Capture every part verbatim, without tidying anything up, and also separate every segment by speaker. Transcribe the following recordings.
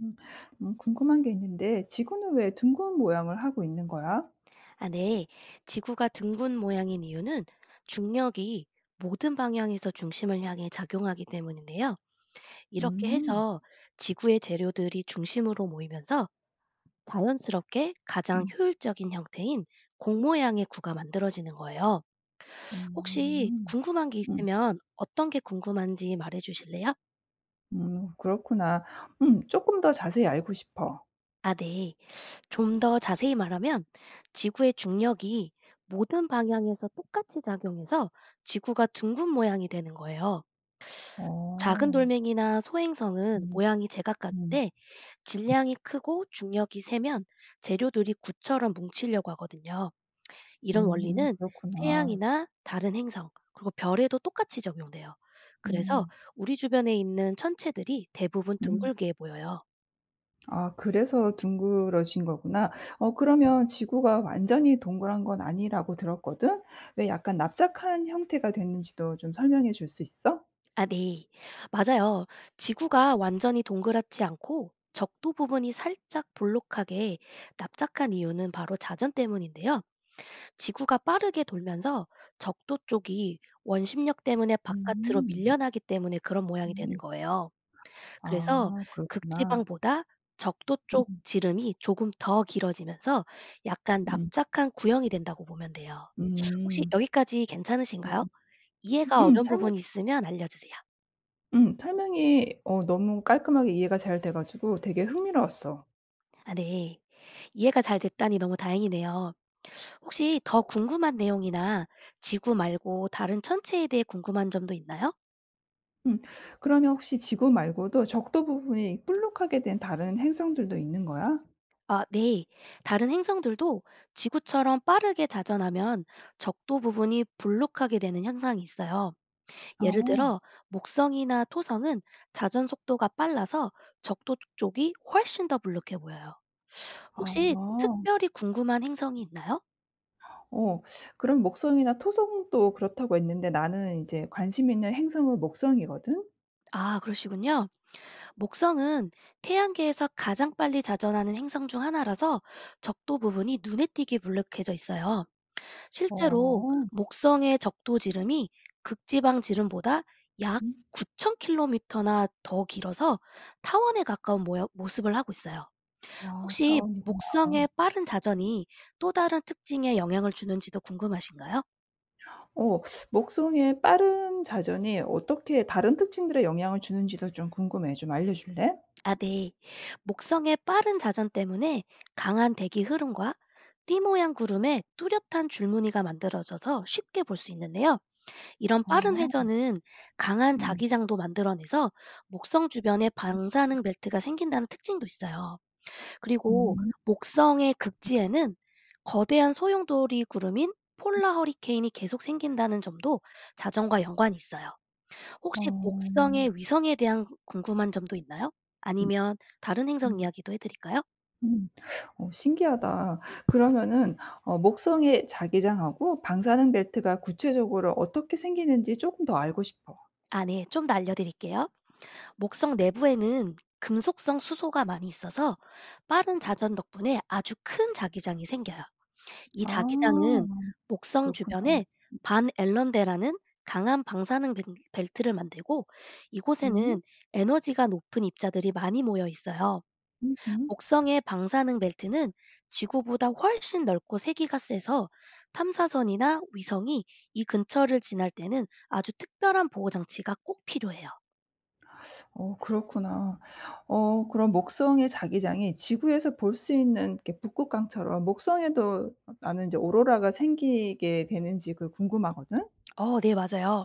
Speaker 1: 음. 음 궁금한 게 있는데 지구는 왜 둥근 모양을 하고 있는 거야?
Speaker 2: 아, 네. 지구가 둥근 모양인 이유는 중력이 모든 방향에서 중심을 향해 작용하기 때문인데요. 이렇게
Speaker 1: 음.
Speaker 2: 해서 지구의 재료들이 중심으로 모이면서 자연스럽게 가장
Speaker 1: 음.
Speaker 2: 효율적인 형태인 공 모양의 구가 만들어지는 거예요. 혹시
Speaker 1: 음.
Speaker 2: 궁금한 게
Speaker 1: 음.
Speaker 2: 있으면 어떤 게 궁금한지 말해 주실래요?
Speaker 1: 음. 그렇구나. 음. 조금 더 자세히 알고 싶어.
Speaker 2: 아, 네. 좀 더 자세히 말하면 지구의 중력이 모든 방향에서 똑같이 작용해서 지구가 둥근 모양이 되는 거예요. 작은
Speaker 1: 어.
Speaker 2: 돌멩이나 소행성은
Speaker 1: 음.
Speaker 2: 모양이
Speaker 1: 음.
Speaker 2: 제각각인데 질량이 크고 중력이 세면 재료들이 구처럼 뭉치려고 하거든요. 이런
Speaker 1: 음.
Speaker 2: 원리는
Speaker 1: 그렇구나.
Speaker 2: 태양이나 다른 행성, 그리고 별에도 똑같이 적용돼요. 그래서
Speaker 1: 음.
Speaker 2: 우리 주변에 있는 천체들이 대부분
Speaker 1: 음.
Speaker 2: 둥글게 보여요.
Speaker 1: 아, 그래서 둥그러진 거구나. 어, 그러면 지구가 완전히 동그란 건 아니라고 들었거든? 왜 약간 납작한 형태가 됐는지도 좀 설명해 줄 수 있어?
Speaker 2: 아, 네. 맞아요. 지구가 완전히 동그랗지 않고 적도 부분이 살짝 볼록하게 납작한 이유는 바로 자전 때문인데요. 지구가 빠르게 돌면서 적도 쪽이 원심력 때문에 바깥으로
Speaker 1: 음.
Speaker 2: 밀려나기 때문에 그런 모양이 되는
Speaker 1: 음.
Speaker 2: 거예요. 그래서
Speaker 1: 아, 그렇구나.
Speaker 2: 극지방보다 적도 쪽
Speaker 1: 음,
Speaker 2: 지름이 조금 더 길어지면서 약간
Speaker 1: 음.
Speaker 2: 납작한 구형이 된다고 보면 돼요. 혹시
Speaker 1: 음.
Speaker 2: 여기까지 괜찮으신가요? 이해가
Speaker 1: 음
Speaker 2: 어려운
Speaker 1: 설명
Speaker 2: 부분이 있으면 알려주세요.
Speaker 1: 음 설명이 어 너무 깔끔하게 이해가 잘 돼 가지고 되게 흥미로웠어.
Speaker 2: 아 네. 이해가 잘 됐다니 너무 다행이네요. 혹시 더 궁금한 내용이나 지구 말고 다른 천체에 대해 궁금한 점도 있나요?
Speaker 1: 음. 그러면 혹시 지구 말고도 적도 부분이 볼록하게 된 다른 행성들도 있는 거야?
Speaker 2: 아, 네. 다른 행성들도 지구처럼 빠르게 자전하면 적도 부분이 불룩하게 되는 현상이 있어요. 예를
Speaker 1: 어.
Speaker 2: 들어, 목성이나 토성은 자전 속도가 빨라서 적도 쪽이 훨씬 더 불룩해 보여요. 혹시
Speaker 1: 아.
Speaker 2: 특별히 궁금한 행성이 있나요?
Speaker 1: 어. 그럼 목성이나 토성도 그렇다고 했는데 나는 이제 관심 있는 행성은 목성이거든?
Speaker 2: 아, 그러시군요. 목성은 태양계에서 가장 빨리 자전하는 행성 중 하나라서 적도 부분이 눈에 띄게 불룩해져 있어요. 실제로
Speaker 1: 어.
Speaker 2: 목성의 적도지름이 극지방지름보다 약
Speaker 1: 음.
Speaker 2: 구천 킬로미터나 더 길어서 타원에 가까운 모여- 모습을 하고 있어요.
Speaker 1: 와,
Speaker 2: 혹시
Speaker 1: 타원이구나.
Speaker 2: 목성의 빠른 자전이 또 다른 특징에 영향을 주는지도 궁금하신가요?
Speaker 1: 어, 목성의 빠른 자전이 어떻게 다른 특징들에 영향을 주는지도 좀 궁금해. 좀 알려 줄래?
Speaker 2: 아, 네. 목성의 빠른 자전 때문에 강한 대기 흐름과 띠 모양 구름에 뚜렷한 줄무늬가 만들어져서 쉽게 볼 수 있는데요. 이런 빠른
Speaker 1: 아.
Speaker 2: 회전은 강한
Speaker 1: 음.
Speaker 2: 자기장도 만들어내서 목성 주변에 방사능 벨트가 생긴다는 특징도 있어요. 그리고
Speaker 1: 음.
Speaker 2: 목성의 극지에는 거대한 소용돌이 구름인 폴라 허리케인이 계속 생긴다는 점도 자전과 연관이 있어요. 혹시
Speaker 1: 어.
Speaker 2: 목성의 위성에 대한 궁금한 점도 있나요?
Speaker 1: 음,
Speaker 2: 아니면 다른 행성
Speaker 1: 음,
Speaker 2: 이야기도 해드릴까요?
Speaker 1: 음. 어, 신기하다. 그러면은 어 목성의 자기장하고 방사능 벨트가 구체적으로 어떻게 생기는지 조금 더 알고 싶어.
Speaker 2: 아, 네. 좀 더 알려드릴게요. 목성 내부에는 금속성 수소가 많이 있어서 빠른 자전 덕분에 아주 큰 자기장이 생겨요. 이
Speaker 1: 아,
Speaker 2: 자기장은 목성
Speaker 1: 그렇구나.
Speaker 2: 주변에 반 앨런대라는 강한 방사능 벨- 벨트를 만들고
Speaker 1: 음.
Speaker 2: 이곳에는 에너지가 높은 입자들이 많이 모여 있어요.
Speaker 1: 음음.
Speaker 2: 목성의 방사능 벨트는 지구보다 훨씬 넓고 세기가 세서 탐사선이나 위성이 이 근처를 지날 때는 아주 특별한 보호 장치가 꼭 필요해요.
Speaker 1: 어, 그렇구나. 어, 그럼 목성의 자기장이 지구에서 볼 수 있는 이렇게 북극강처럼 목성에도 어 나는 이제 오로라가 생기게 되는지 그 궁금하거든? 어.
Speaker 2: 어, 네, 맞아요.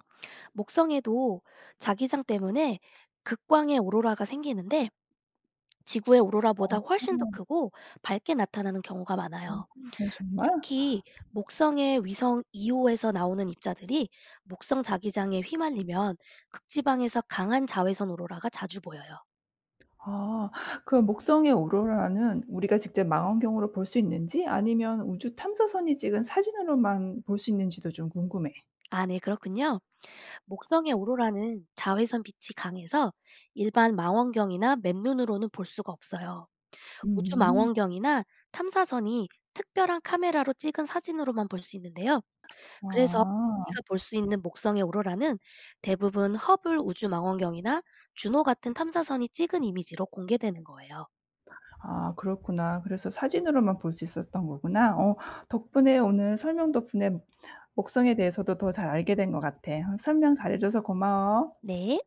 Speaker 2: 목성에도 자기장 때문에 극광의 오로라가 생기는데 지구의 오로라보다 훨씬 더
Speaker 1: 네.
Speaker 2: 크고 밝게 나타나는 경우가
Speaker 1: 어,
Speaker 2: 많아요.
Speaker 1: 어, 정말?
Speaker 2: 특히 목성의 위성 이 호에서 나오는 입자들이 목성 자기장에 휘말리면 극지방에서 강한 자외선 오로라가 자주 보여요.
Speaker 1: 아, 그럼 목성의 오로라는 우리가 직접 망원경으로 볼 수 있는지 아니면 우주 탐사선이 찍은 사진으로만 볼 수 있는지도 좀 궁금해.
Speaker 2: 아, 네, 그렇군요. 목성의 오로라는 자외선 빛이 강해서 일반 망원경이나 맨눈으로는 볼 수가 없어요. 우주
Speaker 1: 음.
Speaker 2: 망원경이나 탐사선이 특별한 카메라로 찍은 사진으로만 볼 수 있는데요. 그래서
Speaker 1: 아.
Speaker 2: 우리가 볼 수 있는 목성의 오로라는 대부분 허블 우주 망원경이나 주노 같은 탐사선이 찍은 이미지로 공개되는 거예요.
Speaker 1: 아, 그렇구나. 그래서 사진으로만 볼 수 있었던 거구나. 어. 덕분에 오늘 설명 덕분에 목성에 대해서도 더 잘 알게 된 것 같아. 어, 설명 잘해 줘서 고마워.
Speaker 2: 네.